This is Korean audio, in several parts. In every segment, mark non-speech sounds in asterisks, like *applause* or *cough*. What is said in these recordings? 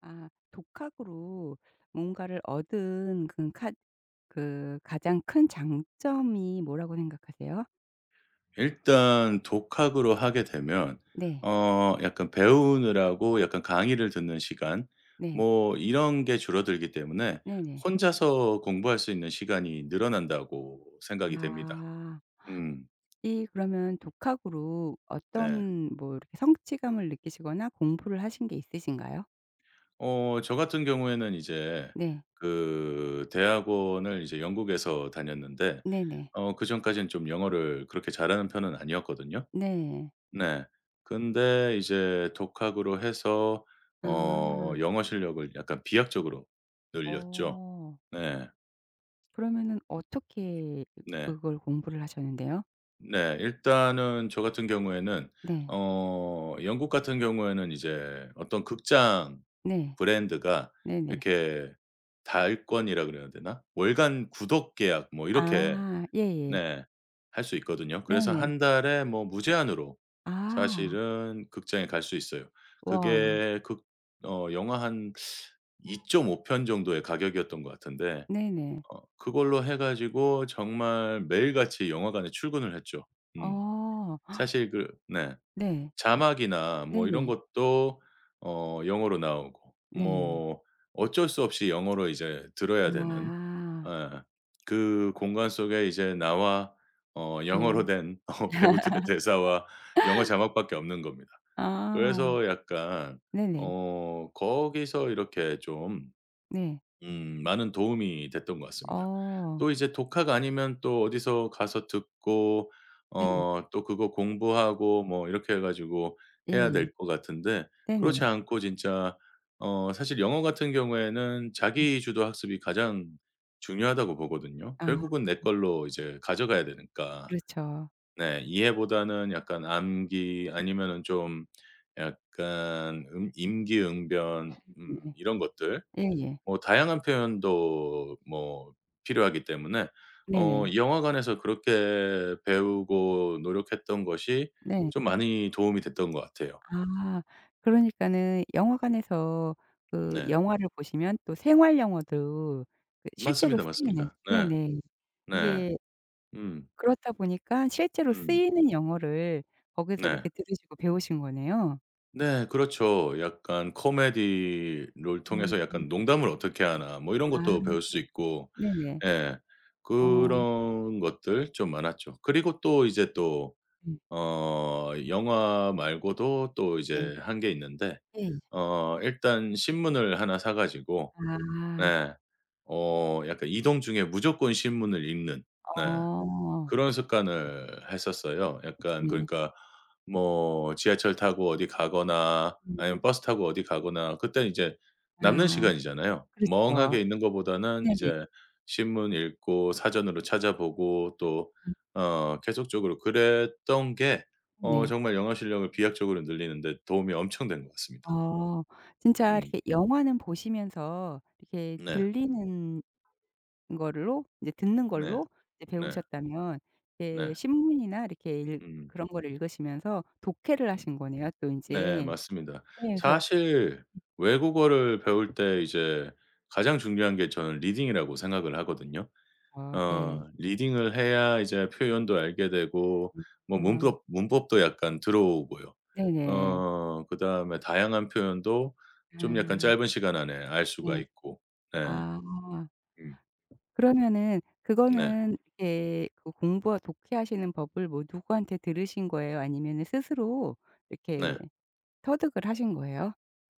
아 독학으로 뭔가를 얻은 그 카 그 가장 큰 장점이 뭐라고 생각하세요? 일단 독학으로 하게 되면 네. 약간 배우느라고 약간 강의를 듣는 시간 네. 뭐 이런 게 줄어들기 때문에 네네. 혼자서 공부할 수 있는 시간이 늘어난다고 생각이 됩니다. 아. 음 이 그러면 독학으로 네. 어떤 뭐 이렇게 성취감을 느끼시거나 공부를 하신 게 있으신가요? 저 같은 경우에는 이제 네. 그 대학원을 이제 영국에서 다녔는데 네네. 그전까지는 좀 영어를 그렇게 잘하는 편은 아니었거든요. 네. 네. 근데 이제 독학으로 해서 아. 영어 실력을 약간 비약적으로 늘렸죠. 어. 네. 그러면은 어떻게 그 네. 그걸 공부를 하셨는데요? 네. 일단은 저 같은 경우에는 네. 영국 같은 경우에는 이제 어떤 극장 네. 브랜드가 네네. 이렇게 달권이라 그래야 되나? 월간 구독 계약 뭐 이렇게 아 예예. 네. 할 수 있거든요. 그래서 네네. 한 달에 뭐 무제한으로 아. 사실은 극장에 갈 수 있어요. 와. 그게 극 어 영화 한 2.5편 정도의 가격이었던 것 같은데 네네. 그걸로 해 가지고 정말 매일같이 영화관에 출근을 했죠. 음. 어. 사실 그 네. 네. 자막이나 뭐 이런 네네. 것도 영어로 나오고 네. 뭐 어쩔 수 없이 영어로 이제 들어야 되는 아. 예. 그 공간 속에 이제 나와 영어로 네. 된 *laughs* 배우들의 대사와 영어 자막밖에 없는 겁니다. 아. 그래서 약간 네네. 거기서 이렇게 좀 네. 많은 도움이 됐던 것 같습니다. 어. 또 이제 독학 아니면 또 어디서 가서 듣고 네. 또 그거 공부하고 뭐 이렇게 해 가지고 해야 예예. 될 것 같은데 네네. 그렇지 않고 진짜 사실 영어 같은 경우에는 네. 자기 주도 학습이 가장 중요하다고 보거든요. 아 결국은 내 걸로 이제 가져가야 되니까. 그렇죠. 네. 이해보다는 약간 암기 아니면은 좀 약간 임기응변 네네. 이런 것들 예예. 뭐 다양한 표현도 뭐 필요하기 때문에 네네. 영화관에서 그렇게 배우고 노력했던 것이 네. 좀 많이 도움이 됐던 것 같아요. 아 그러니까는 영화관에서 그 네. 영화를 보시면 또 생활 영어도 그 실제로 맞습니다, 쓰이는. 맞습니다. 네. 네네. 네. 이게 음. 그렇다 보니까 실제로 음. 쓰이는 영어를 거기서 네. 이렇게 들으시고 배우신 거네요. 네 그렇죠. 약간 코미디를 음. 통해서 약간 '농담을 어떻게 하나.' 뭐 이런 아 것도 배울 수 있고 네네. 예. 어 그런 것들 좀 많았죠. 그리고 또 이제 또 네. 영화 말고도 또 네. 이제 한게 있는데 예. 일단 신문을 하나 사 가지고 아. 네. 약간 이동 중에 무조건 신문을 읽는 네. 어. 그런 습관을 했었어요. 약간 네네. 그러니까 뭐 지하철 타고 어디 가거나 음. 아니면 버스 타고 어디 가거나 그때는 이제 남는 아 시간이잖아요. 그렇죠. 멍하게 있는 것보다는 네네. 이제 신문 읽고 사전으로 찾아보고 또 아 계속적으로 그랬던 게 네. 정말 영어 실력을 비약적으로 늘리는 데 도움이 엄청 된 것 같습니다. 어 진짜 음. 이렇게 영화는 보시면서 이렇게 네. 들리는 걸로 이제 듣는 네. 걸로 이제 네. 배우셨다면 이제 네. 신문이나 이렇게 일 음. 그런 거를 읽으시면서 독해를 하신 거네요 또 네 인제. 예 맞습니다. 그래서 사실 외국어를 배울 때 이제 가장 중요한 게 저는 리딩이라고 생각을 하거든요. 어 예. 리딩을 해야 이제 표현도 알게 되고 뭐 음. 문법 문법도 약간 들어오고요. 네네. 그다음에 다양한 표현도 좀 약간 아 짧은 시간 안에 알 수가 네. 있고. 네. 아. 음. 그러면은 네. 그거는 이렇게 그 공부와 독해하시는 법을 뭐 누구한테 들으신 거예요? 아니면은 스스로 이렇게 네. 터득을 하신 거예요?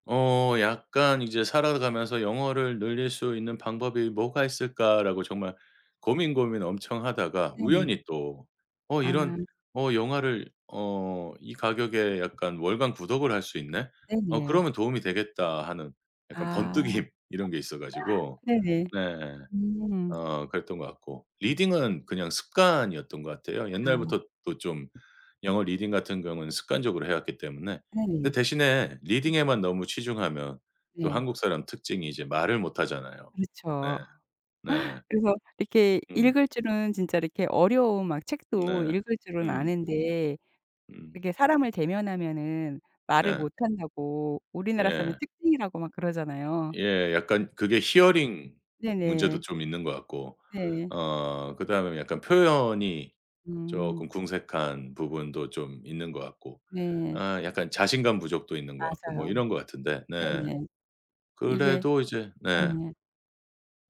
약간 이제 '살아가면서 영어를 늘릴 수 있는 방법이 뭐가 있을까?'라고 정말 고민 엄청 하다가 네네. 우연히 또 어 이런 아 어 영화를 '이 가격에 약간 월간 구독을 할 수 있네? 네네. 그러면 도움이 되겠다.' 하는 약간 번뜩임 아 *laughs* 이런 게 있어 가지고 네네. 네. 음. 그랬던 것 같고 리딩은 그냥 습관이었던 것 같아요. 아 옛날부터 또 좀 영어 리딩 같은 경우는 습관적으로 해 왔기 때문에. 근데 네네. 대신에 리딩에만 너무 치중하면 또 네. 한국 사람 특징이 이제 말을 못 하잖아요. 그렇죠. 네. 네. 그래서 이렇게 음. 읽을 줄은 진짜 이렇게 어려운 막 책도 네. 읽을 줄은 음. 아는데 음. 그게 사람을 대면하면은 말을 네. 못 한다고 우리나라 사람의 예. 특징이라고 막 그러잖아요. 예. 약간 그게 히어링 문제도 네네. 좀 있는 것 같고 네. 그다음에 약간 표현이 음. 쪼끔 궁색한 부분도 좀 있는 것 같고 네. 아 약간 자신감 부족도 있는 것 같고 뭐 맞아요. 이런 것 같은데 네. 네네. 이게 그래도 이제 네. 예.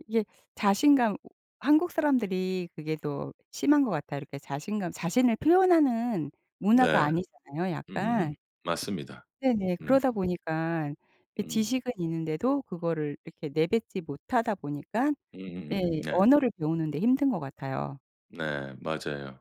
이게 자신감 오 한국 사람들이 그게 더 심한 것 같아요. 이렇게 자신감 자신을 표현하는 문화가 네. 아니잖아요 약간. 음음음. 맞습니다. 네네. 음. 그러다 보니까 이 음. 지식은 있는데도 그거를 이렇게 내뱉지 못하다 보니까 예 네. 언어를 배우는 데 힘든 것 같아요. 네. 맞아요.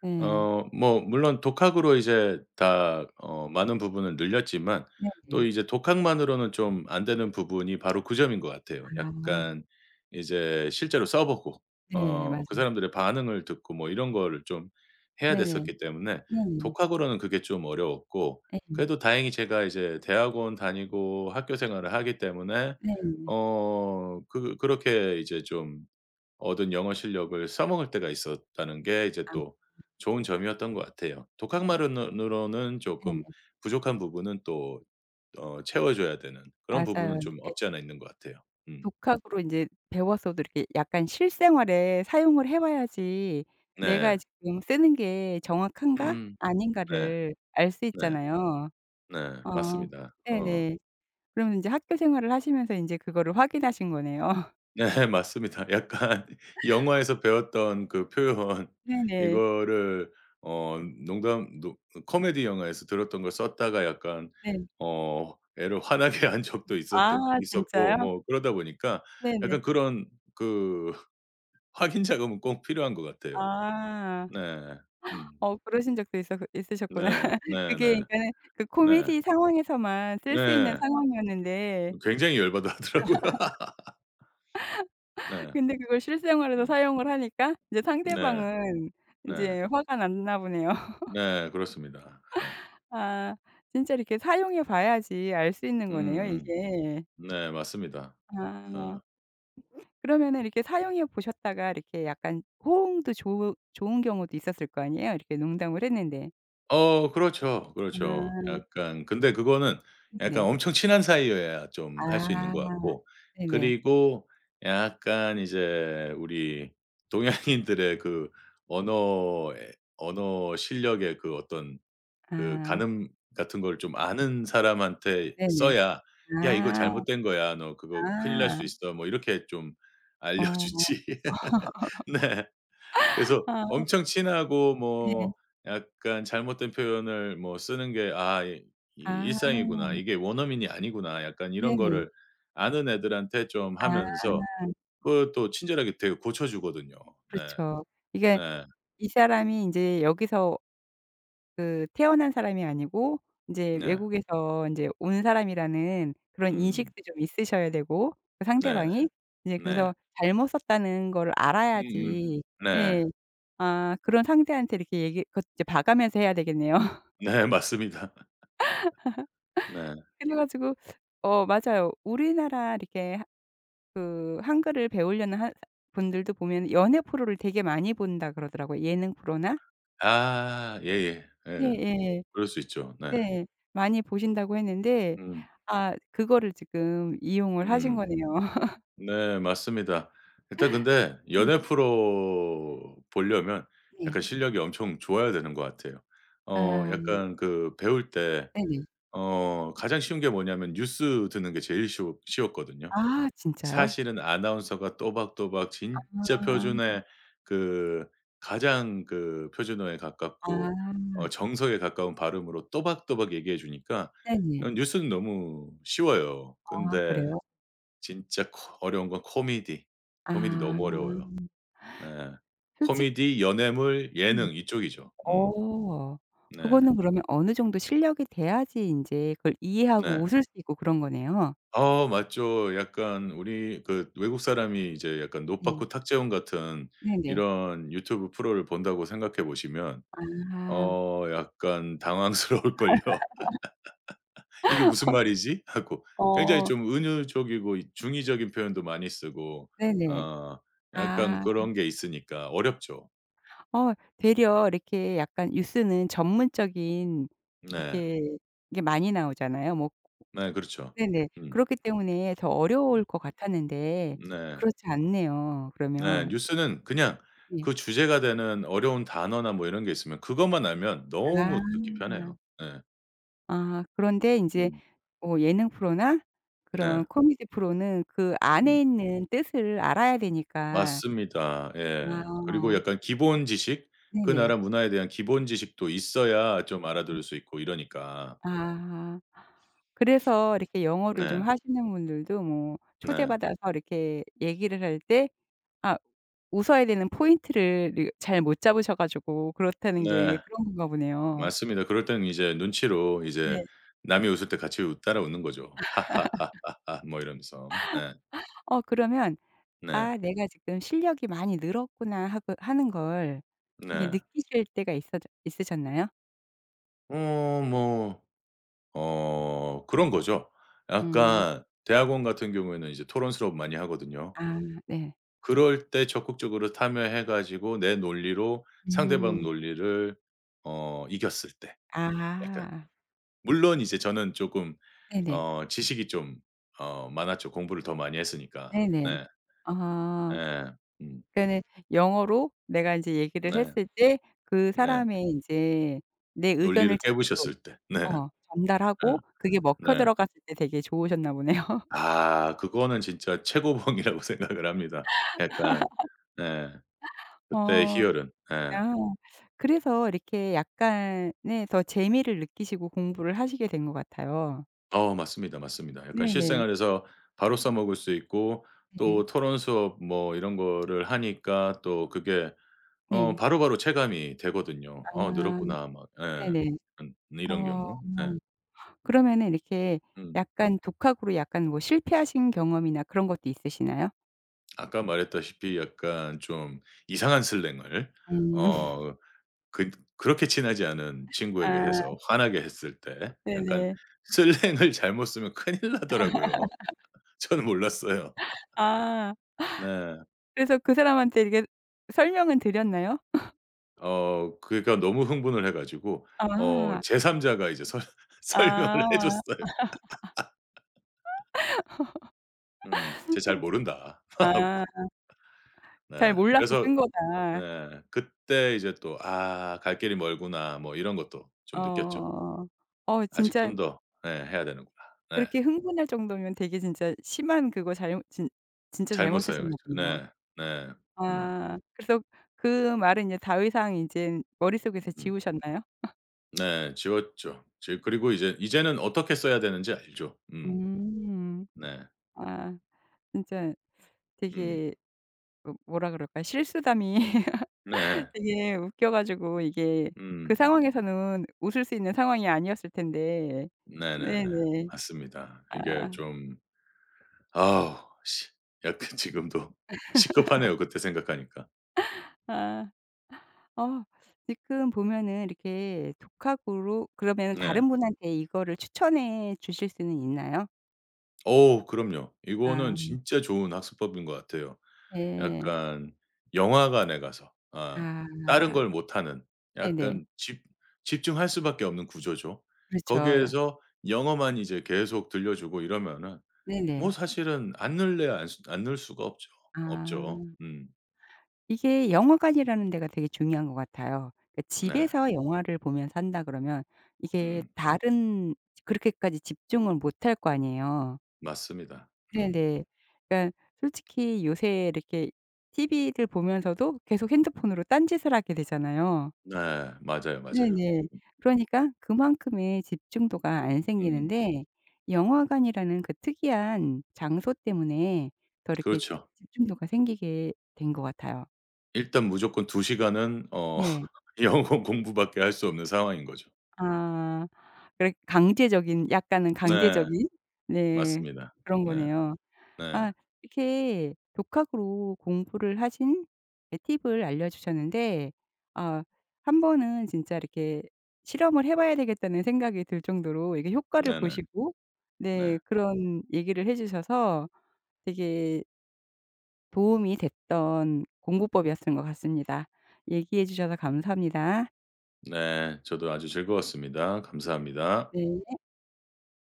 네. 뭐 물론 독학으로 이제 다 많은 부분을 늘렸지만 또 네네. 이제 독학만으로는 좀 안 되는 부분이 바로 그 점인 것 같아요. 아. 약간 이제 실제로 써 보고 네. 맞아요. 그 사람들의 반응을 듣고 뭐 이런 거를 좀 해야 네네. 됐었기 때문에 네네. 독학으로는 그게 좀 어려웠고 예. 그래도 다행히 제가 이제 대학원 다니고 학교 생활을 하기 때문에 네네. 어 그 그렇게 이제 좀 얻은 영어 실력을 써먹을 때가 있었다는 게 이제 또 아 좋은 점이었던 것 같아요. 어 독학만으로는 네. 조금 부족한 부분은 또 채워 줘야 되는 그런 부분은 맞아요. 좀 이게 없지 않아 있는 것 같아요. 음. 독학으로 인제 배웠어도 이렇게 약간 실생활에 사용을 해 봐야지 네. '내가 지금 쓰는 게 정확한가? 음 네. 아닌가?'를 알 수 네. 있잖아요. 네. 어 맞습니다. 어. 네네. 그러면 인제 학교 생활을 하시면서 인제 그거를 확인하신 거네요. *laughs* 네 맞습니다. 약간 *laughs* 영화에서 배웠던 그 표현 네네. 이거를 어 농담 노 코미디 영화에서 들었던 걸 썼다가 약간 네. 애를 화나게 *laughs* 한 적도 아 있었던 있었고 진짜요? 뭐 그러다 보니까 네네. 약간 그런 그 *laughs* 확인 작업은 꼭 필요한 것 같아요. 아. 네. 음. 어 그러신 적도 있었 있으셨구나. 네. *laughs* 네네. 그게 네. 그러니까는 그 네. 코미디 상황에서만 쓸 수 있는 네. 상황이었는데 굉장히 열받아 하더라고요. *laughs* 네. 근데 그걸 실생활에서 음. 사용을 하니까 이제 네. 상대방은 네. 인제 화가 났나 보네요. *laughs* 네. 그렇습니다. 예. 아 진짜 이렇게 사용해 봐야지 알 수 있는 거네요 음음. 이게. 네 맞습니다. 아 어. 그러면은 이렇게 사용해 보셨다가 이렇게 약간 호응도 좋으 좋은 경우도 있었을 거 아니에요? 이렇게 농담을 했는데. 그렇죠. 그렇죠. 아 약간 근데 그거는 약간 네네. 엄청 친한 사이여야 좀 할 수 있는 아 것 같고 네네. 그리고 약간 이제 우리 동양인들의 그 언어 언어 실력의 그 어떤 그 아 가늠 같은 걸 좀 아는 사람한테 네네. 써야 "야 이거 아 잘못된 거야. 너 그거 큰일 날 아. 수 있어." 뭐 이렇게 좀 어. 알려주지. *laughs* 네. 그래서 아 엄청 친하고 네. 뭐 약간 잘못된 표현을 뭐 쓰는 게 '아 이 일상이구나. 아 이게 원어민이 아니구나.' 약간 이런 네네. 거를 아는 애들한테 좀 아 하면서 그걸 또 친절하게 되게 고쳐 주거든요. 네. 그렇죠. 이게 네. 이 사람이 인제 여기서 그 태어난 사람이 아니고 인제 네. 외국에서 인제 온 사람이라는 그런 음. 인식도 좀 있으셔야 되고 그 네네. 상대방이 이제 네. 그래서 잘못 썼다는 걸 음음. 알아야지. 네. 예. 아 그런 상대한테 이렇게 얘기 그것 이제 봐가면서 해야 되겠네요. *laughs* 네 맞습니다. *laughs* 네. 그래 가지고 어 맞아요. 우리나라 이렇게 하 그 한글을 배우려는 하 분들도 보면 연애 프로를 되게 많이 본다 그러더라고요, 예능 프로나. 아 예예. 예. 예. 예예. 그럴 수 있죠. 네. 네. 많이 보신다고 했는데 음. 아 그거를 지금 이용을 하신 음. 거네요. 네 맞습니다. 일단 근데 음 연예 프로 보려면 네. 약간 *laughs* 실력이 엄청 좋아야 되는 것 같아요. 아 약간 그 배울 때 네네. 가장 쉬운 게 뭐냐면 뉴스 듣는 게 제일 쉬웠거든요. 아 진짜요? 사실은 아나운서가 또박또박 진짜 아. 표준의 그 가장 그 표준어에 가깝고 아 정석에 가까운 발음으로 또박또박 얘기해 주니까 네네. 뉴스는 너무 쉬워요. 아 근데 그래요? 진짜 코 어려운 건 코미디. 코미디 아. 너무 어려워요. 네. 솔직 코미디, 연애물, 네네. 예능 이쪽이죠. 음. 어. 네. 그거는 그러면 어느 정도 실력이 돼야지 인제 그걸 이해하고 네. 웃을 수 있고 그런 거네요. 아 맞죠. 약간 우리 그 외국 사람이 이제 약간 네. 노빠꾸 탁재훈 같은 네네. 이런 유튜브 프로를 본다고 생각해 보시면 아. 약간 당황스러울걸요. *laughs* '이게 무슨 말이지?' 하고 굉장히 어 좀 은유적이고 이 중의적인 표현도 많이 쓰고 네네. 어 약간 아. 그런 게 있으니까 어렵죠. 어 되려 이렇게 약간 뉴스는 전문적인 네. 이렇게 이게 많이 나오잖아요. 뭐 네 그렇죠. 네네. 음. 그렇기 때문에 더 음. 어려울 것 같았는데 네. 그렇지 않네요 네. 그러면. 뉴스는 그냥 네. 그 주제가 되는 어려운 단어나 뭐 이런 게 있으면 그것만 알면 아. 너무 듣기 편해요. 네 아 그런데 인제 음. 뭐 예능 프로나 그런 네. 코미디 프로는 그 음. 안에 있는 뜻을 알아야 되니까. 맞습니다. 예. 그리고 아 약간 기본 지식 그 네네. 나라 문화에 대한 기본 지식도 있어야 좀 알아들을 수 있고 이러니까. 아. 그래서 이렇게 영어를 좀 네. 네. 하시는 분들도 뭐 네. 초대받아서 이렇게 얘기를 할 때 아 웃어야 되는 포인트를 이 잘 못 잡으셔 가지고 그렇다는 게 네. 그런 건가 보네요. 맞습니다. 그럴 땐 이제 눈치로 이제 네. 남이 웃을 때 같이 웃 따라 웃는 거죠. "하하하하하." 뭐 이러면서. 네. 어 그러면 네. '아 내가 지금 실력이 많이 늘었구나.' 하고 하는 걸 이게 네. 느끼실 때가 있어 있으셨나요? 어 뭐 그런 거죠. 음. 약간 대학원 같은 경우에는 이제 토론 수업 많이 하거든요. 아 네. 그럴 때 적극적으로 참여해 가지고 내 논리로 상대방 음. 논리를 이겼을 때 약간 아. 물론 이제 저는 조금 네네. 지식이 좀 많았죠. 공부를 더 많이 했으니까. 네네. 네. 아. 네, 음. 그러니까는 영어로 내가 인제 얘기를 네. 했을 때 그 네. 사람의 인제 내 의견을 논리를 제대로 깨부셨을 때. 네. 어 예. 전달하고 그게 네. 먹혀 네. 들어갔을 때 되게 좋으셨나 보네요. *laughs* 아 그거는 진짜 최고봉이라고 *laughs* 생각을 합니다. 약간 네. 그때의 어. 희열은. 예. 아. 그래서 이렇게 약간의 더 재미를 느끼시고 공부를 하시게 된 것 같아요. 맞습니다, 맞습니다. 약간 네네. 실생활에서 바로 써 먹을 수 있고 네. 또 토론 수업 뭐 이런 거를 하니까 또 그게 네. 바로바로 체감이 되거든요. '어 아. 늘었구나.' 막 예. 네네. 이런 어. 경우. 예. 그러면은 이렇게 음. 약간 독학으로 약간 뭐 실패하신 경험이나 그런 것도 있으시나요? 아까 말했다시피 약간 좀 이상한 슬랭을 음. *laughs* 어 그 그렇게 친하지 않은 친구에게 아. 해서 화나게 했을 때 약간 네네. 슬랭을 잘못 쓰면 큰일 나더라고요. *laughs* 저는 몰랐어요. 아. 네. 그래서 그 사람한테 이렇게 설명은 드렸나요? 그러니까 너무 흥분을 해 가지고 아. 제3 자가 이제 설 *laughs* 설명을 아. 해 줬어요. 음. "쟤 잘 모른다." *laughs* 하고. 아. 잘 네. 몰라서 그래서 쓴 거다. 네. 그때 이제 또 '아 갈 길이 멀구나.' 뭐 이런 것도 좀 느꼈죠. 어. 어 아직 진짜 좀 더 네 해야 되는구나. 네. 그렇게 흥분할 정도면 되게 진짜 심한 그거 잘못 진 진짜 잘못 잘못 쓰셨나 사용했죠. 보네요. 네. 네. 음. 아. 그래서 그 말은 이제 더 이상 인젠 머릿속에서 지우셨나요? 네. 지웠죠. 지 그리고 이제는 어떻게 써야 되는지 알죠. 음. 음. 네. 아 진짜 음. 되게 뭐 뭐라 그럴까요? 실수담이 네. 되게 웃겨 가지고 이게 그 음. 상황에서는 웃을 수 있는 상황이 아니었을 텐데. 네네네. 네네. 맞습니다. 이게 아. 좀 아우 시 약간 *laughs* 지금도 식겁하네요 그때 생각하니까. 아. 어 지금 보면은 이렇게 독학으로 그러면은 네. 다른 분한테 이거를 추천해 주실 수는 있나요? 어우 그럼요. 이거는 아 진짜 좋은 학습법인 것 같아요. 네. 약간 영화관에 가서 아 다른 아 걸 못하는 네네. 약간 집 집중할 수밖에 없는 구조죠. 그렇죠. 거기에서 영어만 이제 계속 들려주고 이러면은 뭐 네네. 사실은 안 넣을 수가 없죠. 없죠. 아. 음. 이게 영화관이라는 데가 되게 중요한 것 같아요. 그러니까 네. 집에서 영화를 보면서 한다 그러면 이게 음. 다른 그렇게까지 집중을 못할 거 아니에요. 맞습니다. 음. 네네. 그러니까 솔직히 요새 이렇게 TV를 보면서도 계속 핸드폰으로 딴짓을 하게 되잖아요. 네. 맞아요, 맞아요. 네네. 그러니까 그만큼의 집중도가 안 음. 생기는데 영화관이라는 그 특이한 장소 때문에 더 이렇게 그렇죠. 집중도가 생기게 된 것 같아요. 일단 무조건 2시간 시간은 네. *laughs* 영어 공부밖에 할 수 없는 상황인 거죠. 아. 그래 강제적인 약간은 네. 강제적인 네. 맞습니다. 그런 네. 거네요. 네. 아 이렇게 독학으로 공부를 하신 예 팁을 알려 주셨는데 아 한 번은 진짜 이렇게 '실험을 해 봐야 되겠다.'는 생각이 들 정도로 이게 효과를 네네. 네. 보시고 네 네. 그런 얘기를 해 주셔서 되게 도움이 됐던 공부법이었던 것 같습니다. 얘기해 주셔서 감사합니다. 네. 저도 아주 즐거웠습니다. 감사합니다. 네.